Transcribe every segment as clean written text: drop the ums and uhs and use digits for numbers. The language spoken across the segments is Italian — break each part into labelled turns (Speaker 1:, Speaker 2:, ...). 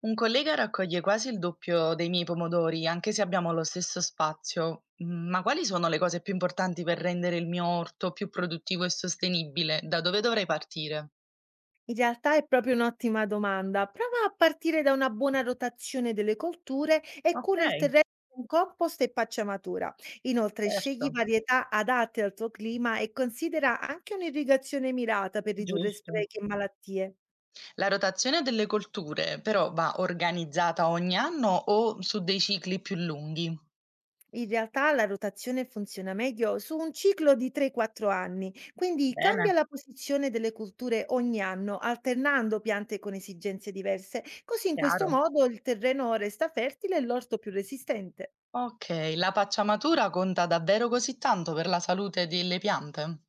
Speaker 1: Un collega raccoglie quasi il doppio dei miei pomodori, anche se abbiamo lo stesso spazio. Ma quali sono le cose più importanti per rendere il mio orto più produttivo e sostenibile? Da dove dovrei partire?
Speaker 2: In realtà è proprio un'ottima domanda. Prova a partire da una buona rotazione delle colture e
Speaker 1: Ok,
Speaker 2: cura il terreno con compost e pacciamatura. Inoltre, scegli
Speaker 1: certo,
Speaker 2: varietà adatte al tuo clima e considera anche un'irrigazione mirata per ridurre
Speaker 1: giusto.
Speaker 2: sprechi e malattie.
Speaker 1: La rotazione delle colture però va organizzata ogni anno o su dei cicli più lunghi?
Speaker 2: In realtà la rotazione funziona meglio su un ciclo di 3-4 anni, quindi cambia
Speaker 1: Bene,
Speaker 2: la posizione delle colture ogni anno, alternando piante con esigenze diverse, così in questo
Speaker 1: chiaro.
Speaker 2: modo il terreno resta fertile e l'orto più resistente.
Speaker 1: Ok, la pacciamatura conta davvero così tanto per la salute delle piante?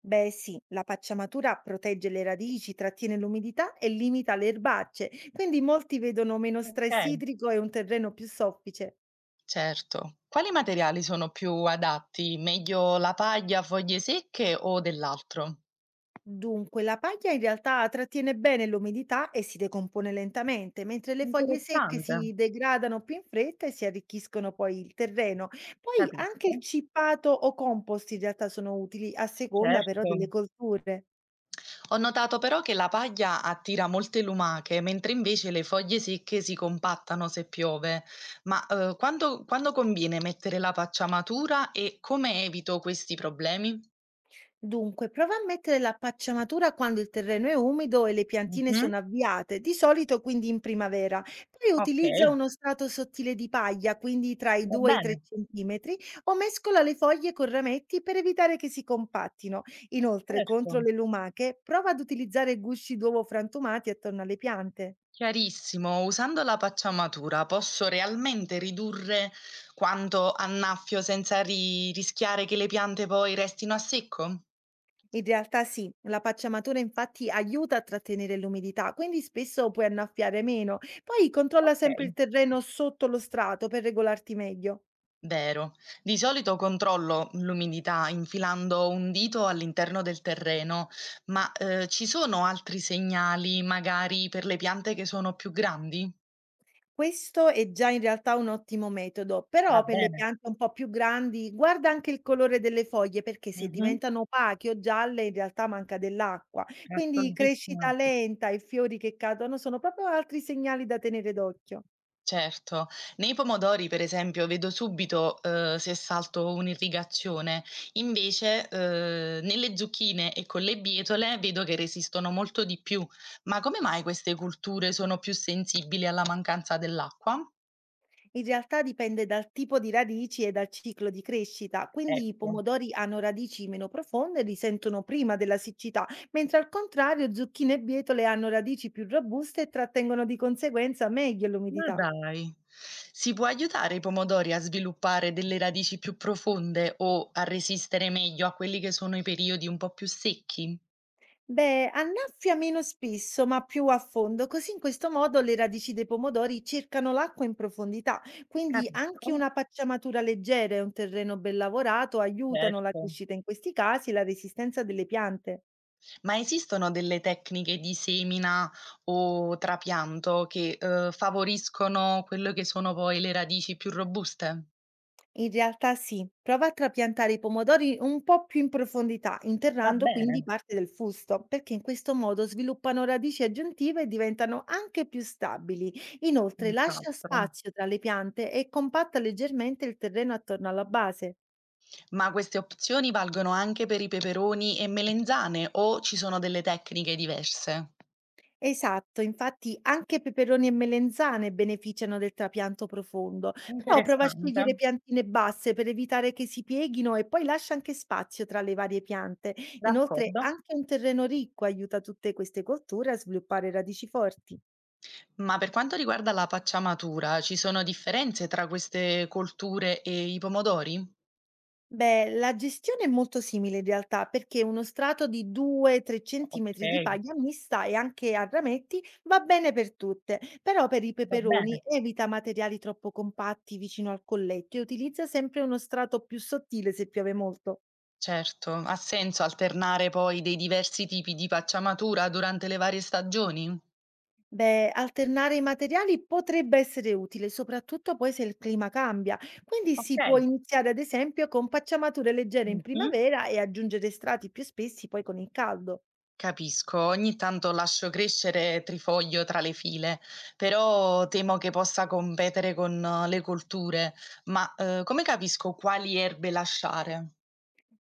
Speaker 2: Beh sì, la pacciamatura protegge le radici, trattiene l'umidità e limita le erbacce, quindi molti vedono meno
Speaker 1: Ok,
Speaker 2: stress idrico e un terreno più soffice.
Speaker 1: certo. Quali materiali sono più adatti? Meglio la paglia, foglie secche o dell'altro?
Speaker 2: Dunque, la paglia in realtà trattiene bene l'umidità e si decompone lentamente, mentre le foglie secche
Speaker 1: Interessante,
Speaker 2: si degradano più in fretta e si arricchiscono poi il terreno. Poi anche il
Speaker 1: capisco,
Speaker 2: cippato o compost in realtà sono utili a seconda però
Speaker 1: certo.
Speaker 2: delle colture.
Speaker 1: Ho notato però che la paglia attira molte lumache, mentre invece le foglie secche si compattano se piove. Ma quando conviene mettere la pacciamatura e come evito questi problemi?
Speaker 2: Dunque, prova a mettere la pacciamatura quando il terreno è umido e le piantine
Speaker 1: Mhm,
Speaker 2: sono avviate, di solito quindi in primavera. Poi
Speaker 1: ok,
Speaker 2: utilizza uno strato sottile di paglia, quindi tra i
Speaker 1: va
Speaker 2: 2 e i 3
Speaker 1: bene,
Speaker 2: centimetri, o mescola le foglie con rametti per evitare che si compattino. Inoltre, contro
Speaker 1: certo.
Speaker 2: le lumache, prova ad utilizzare gusci d'uovo frantumati attorno alle piante.
Speaker 1: Chiarissimo, usando la pacciamatura posso realmente ridurre quanto annaffio senza ri rischiare che le piante poi restino a secco?
Speaker 2: In realtà sì, la pacciamatura infatti aiuta a trattenere l'umidità, quindi spesso puoi annaffiare meno. Poi controlla
Speaker 1: Ok.
Speaker 2: sempre il terreno sotto lo strato per regolarti meglio.
Speaker 1: Vero. Di solito controllo l'umidità infilando un dito all'interno del terreno, ma ci sono altri segnali magari per le piante che sono più grandi?
Speaker 2: Questo è già in realtà un ottimo metodo,
Speaker 1: Va
Speaker 2: però per le
Speaker 1: bene,
Speaker 2: piante un po' più grandi guarda anche il colore delle foglie perché se
Speaker 1: mhm,
Speaker 2: diventano opache o gialle in realtà manca dell'acqua. Quindi
Speaker 1: assolutissimo.
Speaker 2: crescita lenta e fiori che cadono sono proprio altri segnali da tenere d'occhio.
Speaker 1: Certo. Nei pomodori, per esempio, vedo subito, se salto un'irrigazione. Invece, nelle zucchine e con le bietole vedo che resistono molto di più. Ma come mai queste culture sono più sensibili alla mancanza dell'acqua?
Speaker 2: In realtà dipende dal tipo di radici e dal ciclo di crescita, quindi i
Speaker 1: Ecco.
Speaker 2: pomodori hanno radici meno profonde e risentono prima della siccità, mentre al contrario zucchine e bietole hanno radici più robuste e trattengono di conseguenza meglio
Speaker 1: Ma
Speaker 2: l'umidità.
Speaker 1: dai. Si può aiutare i pomodori a sviluppare delle radici più profonde o a resistere meglio a quelli che sono i periodi un po' più secchi?
Speaker 2: Beh, annaffia meno spesso, ma più a fondo, così in questo modo le radici dei pomodori cercano l'acqua in profondità, quindi
Speaker 1: Capisco,
Speaker 2: anche una pacciamatura leggera e un terreno ben lavorato aiutano la
Speaker 1: certo.
Speaker 2: crescita in questi casi e la resistenza delle piante.
Speaker 1: Ma esistono delle tecniche di semina o trapianto che favoriscono quello che sono poi le radici più robuste?
Speaker 2: In realtà sì, prova a trapiantare i pomodori un po' più in profondità,
Speaker 1: Va
Speaker 2: interrando
Speaker 1: bene,
Speaker 2: quindi parte del fusto, perché in questo modo sviluppano radici aggiuntive e diventano anche più stabili. Inoltre, lascia
Speaker 1: senz'altro.
Speaker 2: spazio tra le piante e compatta leggermente il terreno attorno alla base.
Speaker 1: Ma queste opzioni valgono anche per i peperoni e melenzane o ci sono delle tecniche diverse?
Speaker 2: Esatto, infatti anche peperoni e melenzane beneficiano del trapianto profondo, però prova a
Speaker 1: Interessante,
Speaker 2: scegliere piantine basse per evitare che si pieghino e poi lascia anche spazio tra le varie piante. Inoltre
Speaker 1: d'accordo.
Speaker 2: anche un terreno ricco aiuta tutte queste colture a sviluppare radici forti.
Speaker 1: Ma per quanto riguarda la pacciamatura, ci sono differenze tra queste colture e i pomodori?
Speaker 2: Beh, la gestione è molto simile in realtà, perché uno strato di 2-3 centimetri di
Speaker 1: Okay,
Speaker 2: paglia mista e anche a rametti va bene per tutte, però per i
Speaker 1: va
Speaker 2: peperoni
Speaker 1: bene.
Speaker 2: evita materiali troppo compatti vicino al colletto e utilizza sempre uno strato più sottile se piove molto.
Speaker 1: Certo, ha senso alternare poi dei diversi tipi di pacciamatura durante le varie stagioni?
Speaker 2: Beh, alternare i materiali potrebbe essere utile, soprattutto poi se il clima cambia, quindi
Speaker 1: Ok.
Speaker 2: si può iniziare ad esempio con pacciamature leggere in
Speaker 1: Mhm.
Speaker 2: primavera e aggiungere strati più spessi poi con il caldo.
Speaker 1: Capisco, ogni tanto lascio crescere trifoglio tra le file, però temo che possa competere con le colture. Ma come capisco quali erbe lasciare?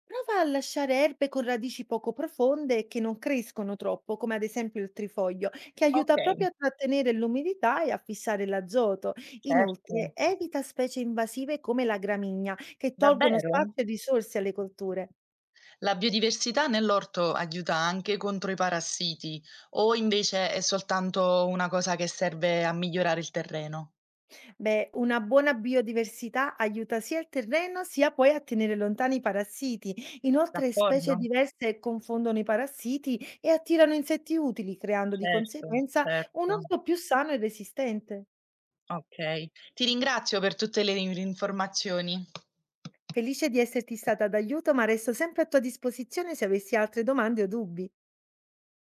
Speaker 2: Prova a lasciare erbe con radici poco profonde e che non crescono troppo, come ad esempio il trifoglio, che aiuta
Speaker 1: Ok,
Speaker 2: proprio a trattenere l'umidità e a fissare l'azoto. Inoltre,
Speaker 1: certo.
Speaker 2: evita specie invasive come la gramigna, che tolgono spazio
Speaker 1: Davvero?
Speaker 2: e risorse alle colture.
Speaker 1: La biodiversità nell'orto aiuta anche contro i parassiti, o invece è soltanto una cosa che serve a migliorare il terreno?
Speaker 2: Beh, una buona biodiversità aiuta sia il terreno sia poi a tenere lontani i parassiti. Inoltre, specie
Speaker 1: D'accordo,
Speaker 2: diverse confondono i parassiti e attirano insetti utili, creando di
Speaker 1: certo,
Speaker 2: conseguenza un
Speaker 1: certo.
Speaker 2: orto più sano e resistente.
Speaker 1: Okay. Ti ringrazio per tutte le in informazioni.
Speaker 2: Felice di esserti stata d'aiuto, ma resto sempre a tua disposizione se avessi altre domande o dubbi.